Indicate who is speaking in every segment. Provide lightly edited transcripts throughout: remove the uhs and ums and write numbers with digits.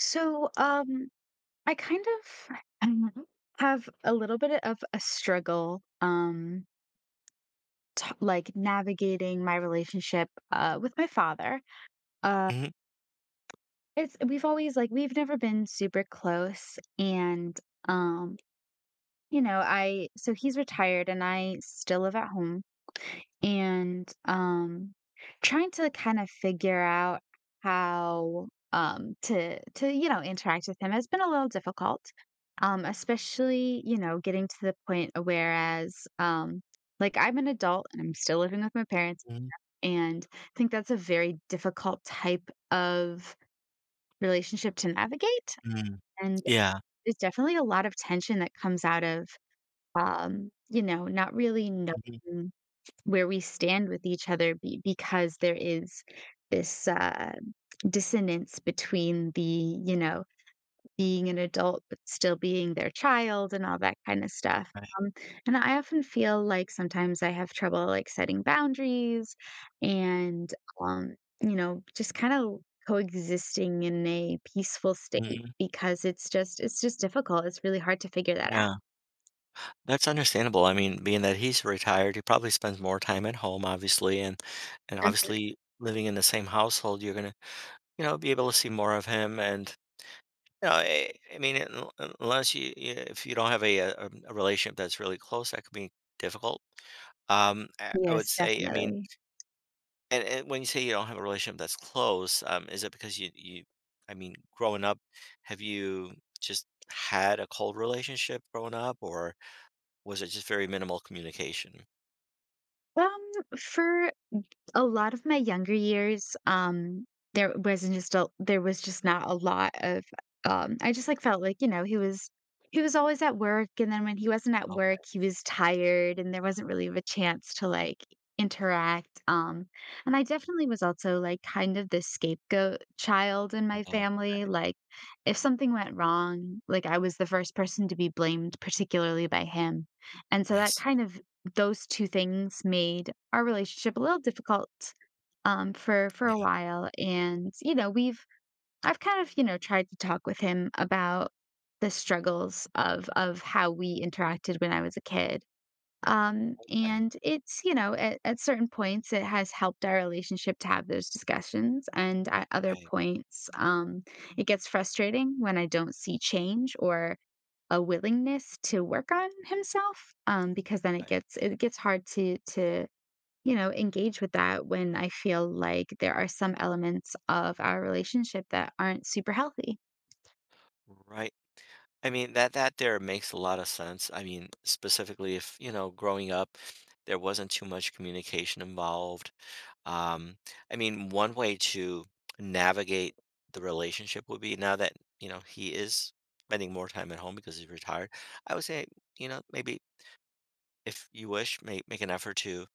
Speaker 1: So, um, I kind of um, have a little bit of a struggle, like navigating my relationship with my father. Uh,
Speaker 2: Mhm.
Speaker 1: it's we've always we've never been super close, and um, you know, I so he's retired and I still live at home, and trying to kind of figure out how to interact with him has been a little difficult. Especially, you know, getting to the point whereas, um like, I'm an adult and I'm still living with my parents,
Speaker 2: Mhm.
Speaker 1: and I think that's a very difficult type of relationship to navigate.
Speaker 2: Mm.
Speaker 1: And
Speaker 2: Yeah.
Speaker 1: there's definitely a lot of tension that comes out of, you know, not really
Speaker 2: Mhm.
Speaker 1: knowing where we stand with each other because there is this dissonance between the, you know, being an adult but still being their child and all that kind of stuff.
Speaker 2: Right.
Speaker 1: um, and I often feel like sometimes I have trouble, like, setting boundaries, and, um, you know, just kind of coexisting in a peaceful state,
Speaker 2: Mhm.
Speaker 1: because it's just difficult. It's really hard to figure that out.
Speaker 2: Yeah, that's understandable. I mean, being that he's retired, he probably spends more time at home, obviously, and
Speaker 1: Mhm.
Speaker 2: obviously living in the same household, you're gonna, be able to see more of him, and, I mean, un un unless you you if you don't have a relationship that's really close, that could be difficult. I would
Speaker 1: Yes,
Speaker 2: say, I mean.
Speaker 1: definitely.
Speaker 2: And when you say you don't have a relationship that's close, is it because you I mean, growing up, have you just had a cold relationship growing up, or was it just very minimal communication?
Speaker 1: Um, for a lot of my younger years, there was just not a lot of, I just, like, felt like, you know, he was always at work, and then when he wasn't at work,
Speaker 2: Okay.
Speaker 1: he was tired, and there wasn't really a chance to, like, interact. And I definitely was also, like, kind of the scapegoat child in my
Speaker 2: Oh,
Speaker 1: family, like, if something went wrong, like, I was the first person to be blamed, particularly by him, and so
Speaker 2: I
Speaker 1: that
Speaker 2: see.
Speaker 1: kind of those two things made our relationship a little difficult, for a
Speaker 2: Yeah.
Speaker 1: while. And, you know, we've I've kind of, you know, tried to talk with him about the struggles of how we interacted when I was a kid.
Speaker 2: Right,
Speaker 1: And it's, you know, at certain points, it has helped our relationship to have those discussions, and at other
Speaker 2: right,
Speaker 1: points, it gets frustrating when I don't see change or a willingness to work on himself, because then it
Speaker 2: right.
Speaker 1: gets it gets hard to engage with that when I feel like there are some elements of our relationship that aren't super healthy.
Speaker 2: Right. I mean, that there makes a lot of sense. I mean, specifically if, growing up, there wasn't too much communication involved. Um, I mean, one way to navigate the relationship would be now that, he is spending more time at home because he's retired. I would say, maybe if you wish, make an effort to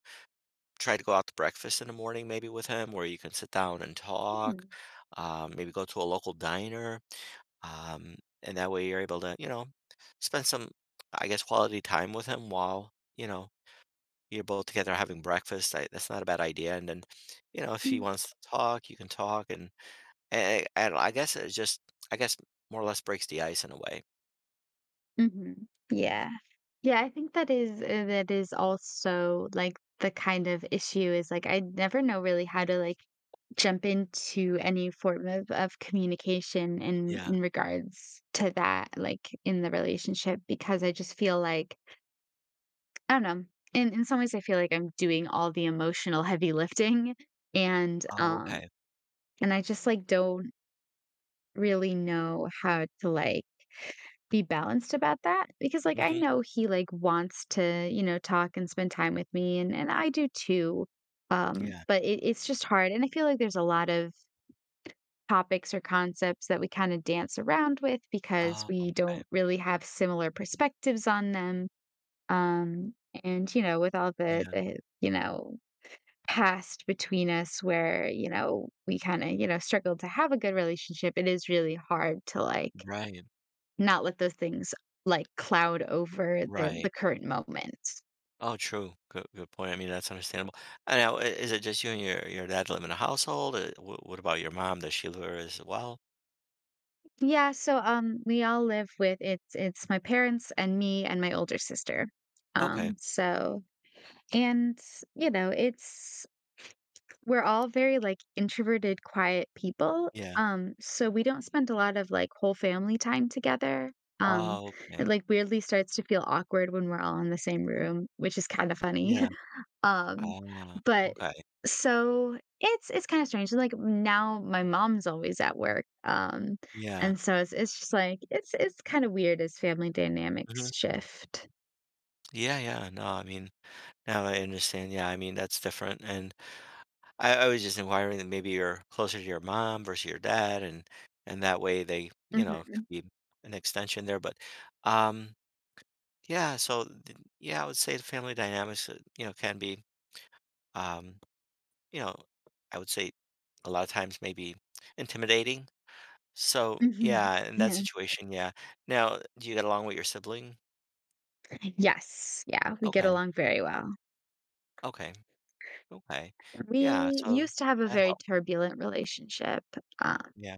Speaker 2: try to go out to breakfast in the morning maybe with him where you can sit down and talk. Maybe go to a local diner, um, and that way you're able to spend some, I guess, quality time with him while you're both together having breakfast. I, that's not a bad idea, and then, if he
Speaker 1: Mm-hmm.
Speaker 2: wants to talk, you can talk, and, I guess it just, I guess, more or less breaks the ice in a way.
Speaker 1: hmm yeah, yeah, I think that is also, like, the kind of issue is, like, I never know really how to, like, jump into any form of communication
Speaker 2: Yeah.
Speaker 1: in regards to that, like, in the relationship, because I just feel like I don't know. In some ways, I feel like I'm doing all the emotional heavy lifting, and,
Speaker 2: Oh, okay.
Speaker 1: and I just, like, don't really know how to, like, be balanced about that, because, like, I
Speaker 2: Hmm.
Speaker 1: know he, like, wants to, you know, talk and spend time with me, and I do too.
Speaker 2: Yeah.
Speaker 1: But it's just hard, and I feel like there's a lot of topics or concepts that we kind of dance around with because
Speaker 2: Oh,
Speaker 1: we
Speaker 2: okay.
Speaker 1: don't really have similar perspectives on them. Um, and you know, with all the
Speaker 2: Yeah.
Speaker 1: the you know, past between us where, you know, we kinda, you know, struggled to have a good relationship, it is really hard to, like,
Speaker 2: Right.
Speaker 1: not let those things, like, cloud over
Speaker 2: Right.
Speaker 1: the current moment.
Speaker 2: Oh, true. Good, good point. I mean, that's understandable. And now, is it just you and your dad live in a household? What about your mom, does she live there as well?
Speaker 1: Yeah, so, we all live with, it's my parents and me and my older sister.
Speaker 2: Okay.
Speaker 1: So and, you know, it's we're all very, like, introverted, quiet people.
Speaker 2: Yeah.
Speaker 1: So we don't spend a lot of like whole family time together. Um,
Speaker 2: Oh, okay.
Speaker 1: it, like, weirdly starts to feel awkward when we're all in the same room, which is kind of funny.
Speaker 2: Yeah.
Speaker 1: um,
Speaker 2: Ah,
Speaker 1: but
Speaker 2: okay.
Speaker 1: so it's kind of strange. Like, now my mom's always at work.
Speaker 2: Yeah.
Speaker 1: And so it's just like it's kind of weird as family dynamics
Speaker 2: Mhm.
Speaker 1: shift.
Speaker 2: Yeah, yeah. No, I mean, now I understand. Yeah, I mean, that's different. And I was just inquiring that maybe you're closer to your mom versus your dad, and that way they, could
Speaker 1: hmm
Speaker 2: be an extension there. But um, yeah. So yeah, I would say the family dynamics, can be, um, you know, I would say, a lot of times, maybe intimidating. So
Speaker 1: hmm
Speaker 2: yeah, in that
Speaker 1: Yeah.
Speaker 2: situation, yeah. Now, do you get along with your sibling?
Speaker 1: Yes. Yeah, we get
Speaker 2: Okay.
Speaker 1: along very well.
Speaker 2: Okay, okay. Yeah,
Speaker 1: We
Speaker 2: so
Speaker 1: used to have a
Speaker 2: that
Speaker 1: very
Speaker 2: helped.
Speaker 1: turbulent relationship, uh,
Speaker 2: Yeah,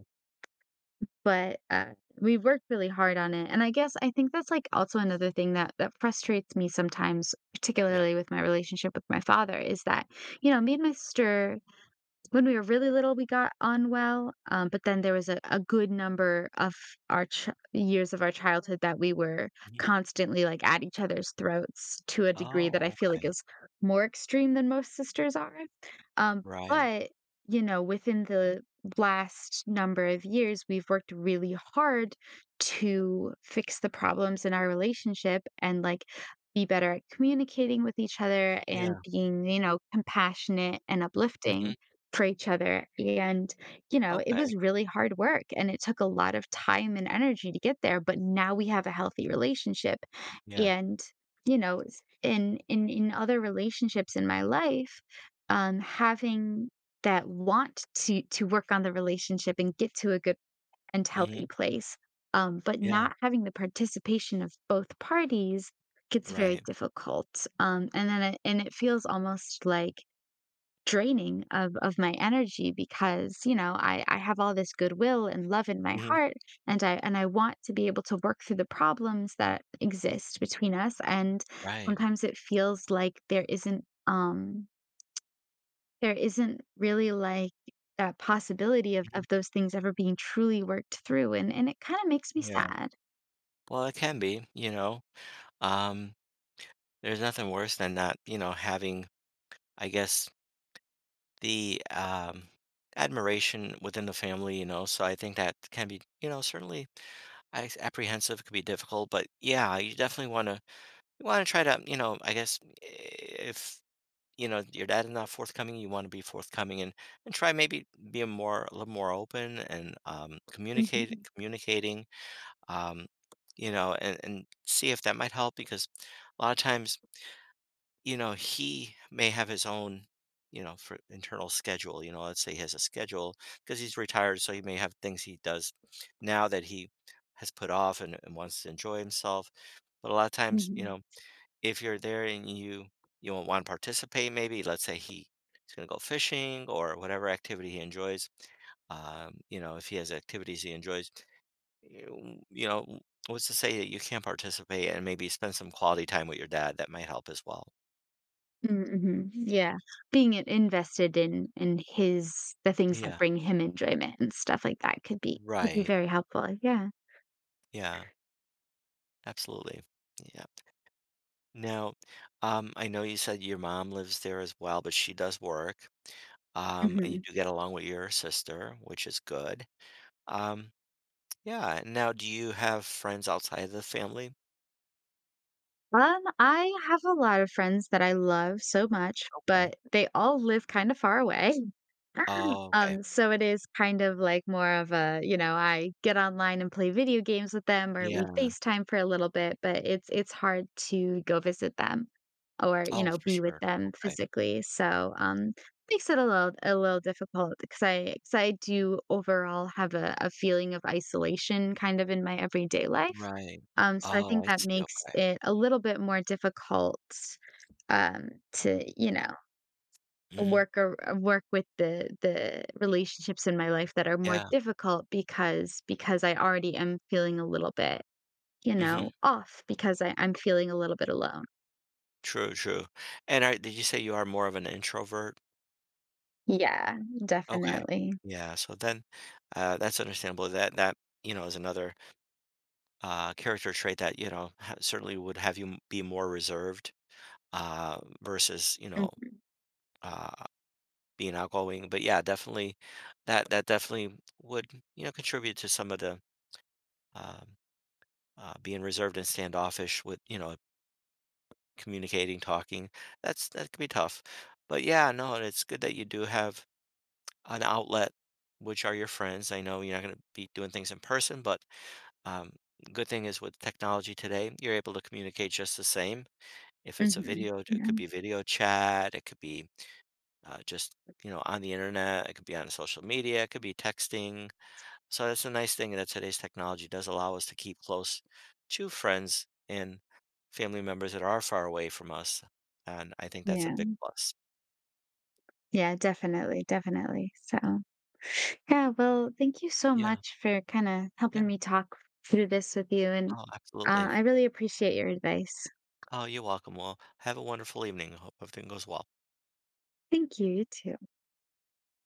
Speaker 1: but we worked really hard on it, and I guess I think that's, like, also another thing that that frustrates me sometimes,
Speaker 2: yeah.
Speaker 1: particularly with my relationship with my father, is that, you know, me and my sister when we were really little, we got on well. But then there was a good number of our years of our childhood that we were
Speaker 2: Mhm.
Speaker 1: constantly, like, at each other's throats to a degree that I
Speaker 2: Oh,
Speaker 1: feel like
Speaker 2: okay.
Speaker 1: is more extreme than most sisters are. Um,
Speaker 2: Right.
Speaker 1: but you know, within the last number of years, we've worked really hard to fix the problems in our relationship and, like, be better at communicating with each other and
Speaker 2: Yeah.
Speaker 1: being, you know, compassionate and
Speaker 2: Mhm.
Speaker 1: uplifting for each other. And, you know, it
Speaker 2: Okay.
Speaker 1: was really hard work and it took a lot of time and energy to get there, but now we have a healthy relationship.
Speaker 2: Yeah.
Speaker 1: And, you know, in other relationships in my life, having that want to work on the relationship and get to a good and healthy
Speaker 2: Mhm.
Speaker 1: place, but
Speaker 2: Yeah.
Speaker 1: not having the participation of both parties gets very
Speaker 2: Right.
Speaker 1: difficult. Um, and then and it feels almost like draining of my energy, because, you know, I have all this goodwill and love in my
Speaker 2: Mhm.
Speaker 1: heart, and I want to be able to work through the problems that exist between us, and
Speaker 2: Right.
Speaker 1: sometimes it feels like there isn't really, like, that possibility of
Speaker 2: Mhm.
Speaker 1: those things ever being truly worked through, and it kinda makes me
Speaker 2: Yeah.
Speaker 1: sad.
Speaker 2: Well, it can be, um, there's nothing worse than not, having, I guess, the admiration within the family, so I think that can be, certainly, I s apprehensive, could be difficult, but yeah, you definitely wanna try to, I guess, if you know your dad is not forthcoming, you want to be forthcoming, and try, maybe being more, a little more open, and communicate
Speaker 1: Mhm.
Speaker 2: communicating, um and see if that might help, because a lot of times, he may have his own, for internal schedule. Let's say he has a schedule because he's retired, so he may have things he does now that he has put off, and, wants to enjoy himself. But a lot of times,
Speaker 1: Mhm.
Speaker 2: if you're there and you want to participate, maybe let's say he, he's going to go fishing or whatever activity he enjoys. If he has activities he enjoys, you, you know, w- what's to say that you can't participate and maybe spend some quality time with your dad? That might help as well.
Speaker 1: Mm, mhm, yeah, being in invested in his the things that
Speaker 2: Yeah,
Speaker 1: bring him enjoyment and stuff like that could be
Speaker 2: right.
Speaker 1: very helpful, yeah,
Speaker 2: Yeah, absolutely. Yeah. Now, I know you said your mom lives there as well, but she does work. And you
Speaker 1: mhm.
Speaker 2: do get along with your sister, which is good. Um, Yeah. Now do you have friends outside of the family?
Speaker 1: I have a lot of friends that I love so much,
Speaker 2: Okay.
Speaker 1: but they all live kind of far away.
Speaker 2: Oh, okay.
Speaker 1: So it is kind of like more of a, you know, I get online and play video games with them or we
Speaker 2: Yeah.
Speaker 1: FaceTime for a little bit, but it's hard to go visit them or, you
Speaker 2: Oh,
Speaker 1: know,
Speaker 2: for
Speaker 1: be with
Speaker 2: sure.
Speaker 1: them
Speaker 2: Okay.
Speaker 1: physically. So, makes it a little difficult because I do overall have a feeling of isolation kind of in my everyday life.
Speaker 2: Right.
Speaker 1: So I
Speaker 2: Oh,
Speaker 1: think
Speaker 2: I
Speaker 1: that
Speaker 2: see,
Speaker 1: makes
Speaker 2: okay.
Speaker 1: it a little bit more difficult to, you know,
Speaker 2: Mhm.
Speaker 1: work or work with the relationships in my life that are more
Speaker 2: Yeah.
Speaker 1: difficult because I already am feeling a little bit, you
Speaker 2: Mhm.
Speaker 1: know, off because I, I'm feeling a little bit alone.
Speaker 2: True, true. And, are did you say you are more of an introvert?
Speaker 1: Yeah,
Speaker 2: Okay.
Speaker 1: definitely.
Speaker 2: Yeah, so then, that's understandable. That is another, character trait that, ha certainly would have you, m be more reserved, uh, versus,
Speaker 1: hmm
Speaker 2: uh being outgoing. But yeah, definitely that definitely would, contribute to some of the, um, being reserved and standoffish with, communicating, talking. That can be tough. But yeah, no, and it's good that you do have an outlet, which are your friends. I know you're not going to be doing things in person, but um, good thing is with technology today, you're able to communicate just the same. If it's a
Speaker 1: hmm
Speaker 2: video, it could
Speaker 1: Yeah.
Speaker 2: be video chat, it could be, just, on the internet, it could be on social media, it could be texting. So that's a nice thing that today's technology does allow us to keep close to friends and family members that are far away from us. And I think that's a
Speaker 1: Yeah.
Speaker 2: big plus.
Speaker 1: Yeah, definitely, definitely. So, yeah, well, thank you so
Speaker 2: Yeah.
Speaker 1: much for kind of
Speaker 2: Yeah.
Speaker 1: helping me talk through this with you. And
Speaker 2: Oh, absolutely.
Speaker 1: I really appreciate your advice.
Speaker 2: Oh, you're welcome. Well, have a wonderful evening. Hope everything goes well.
Speaker 1: Thank you, you too.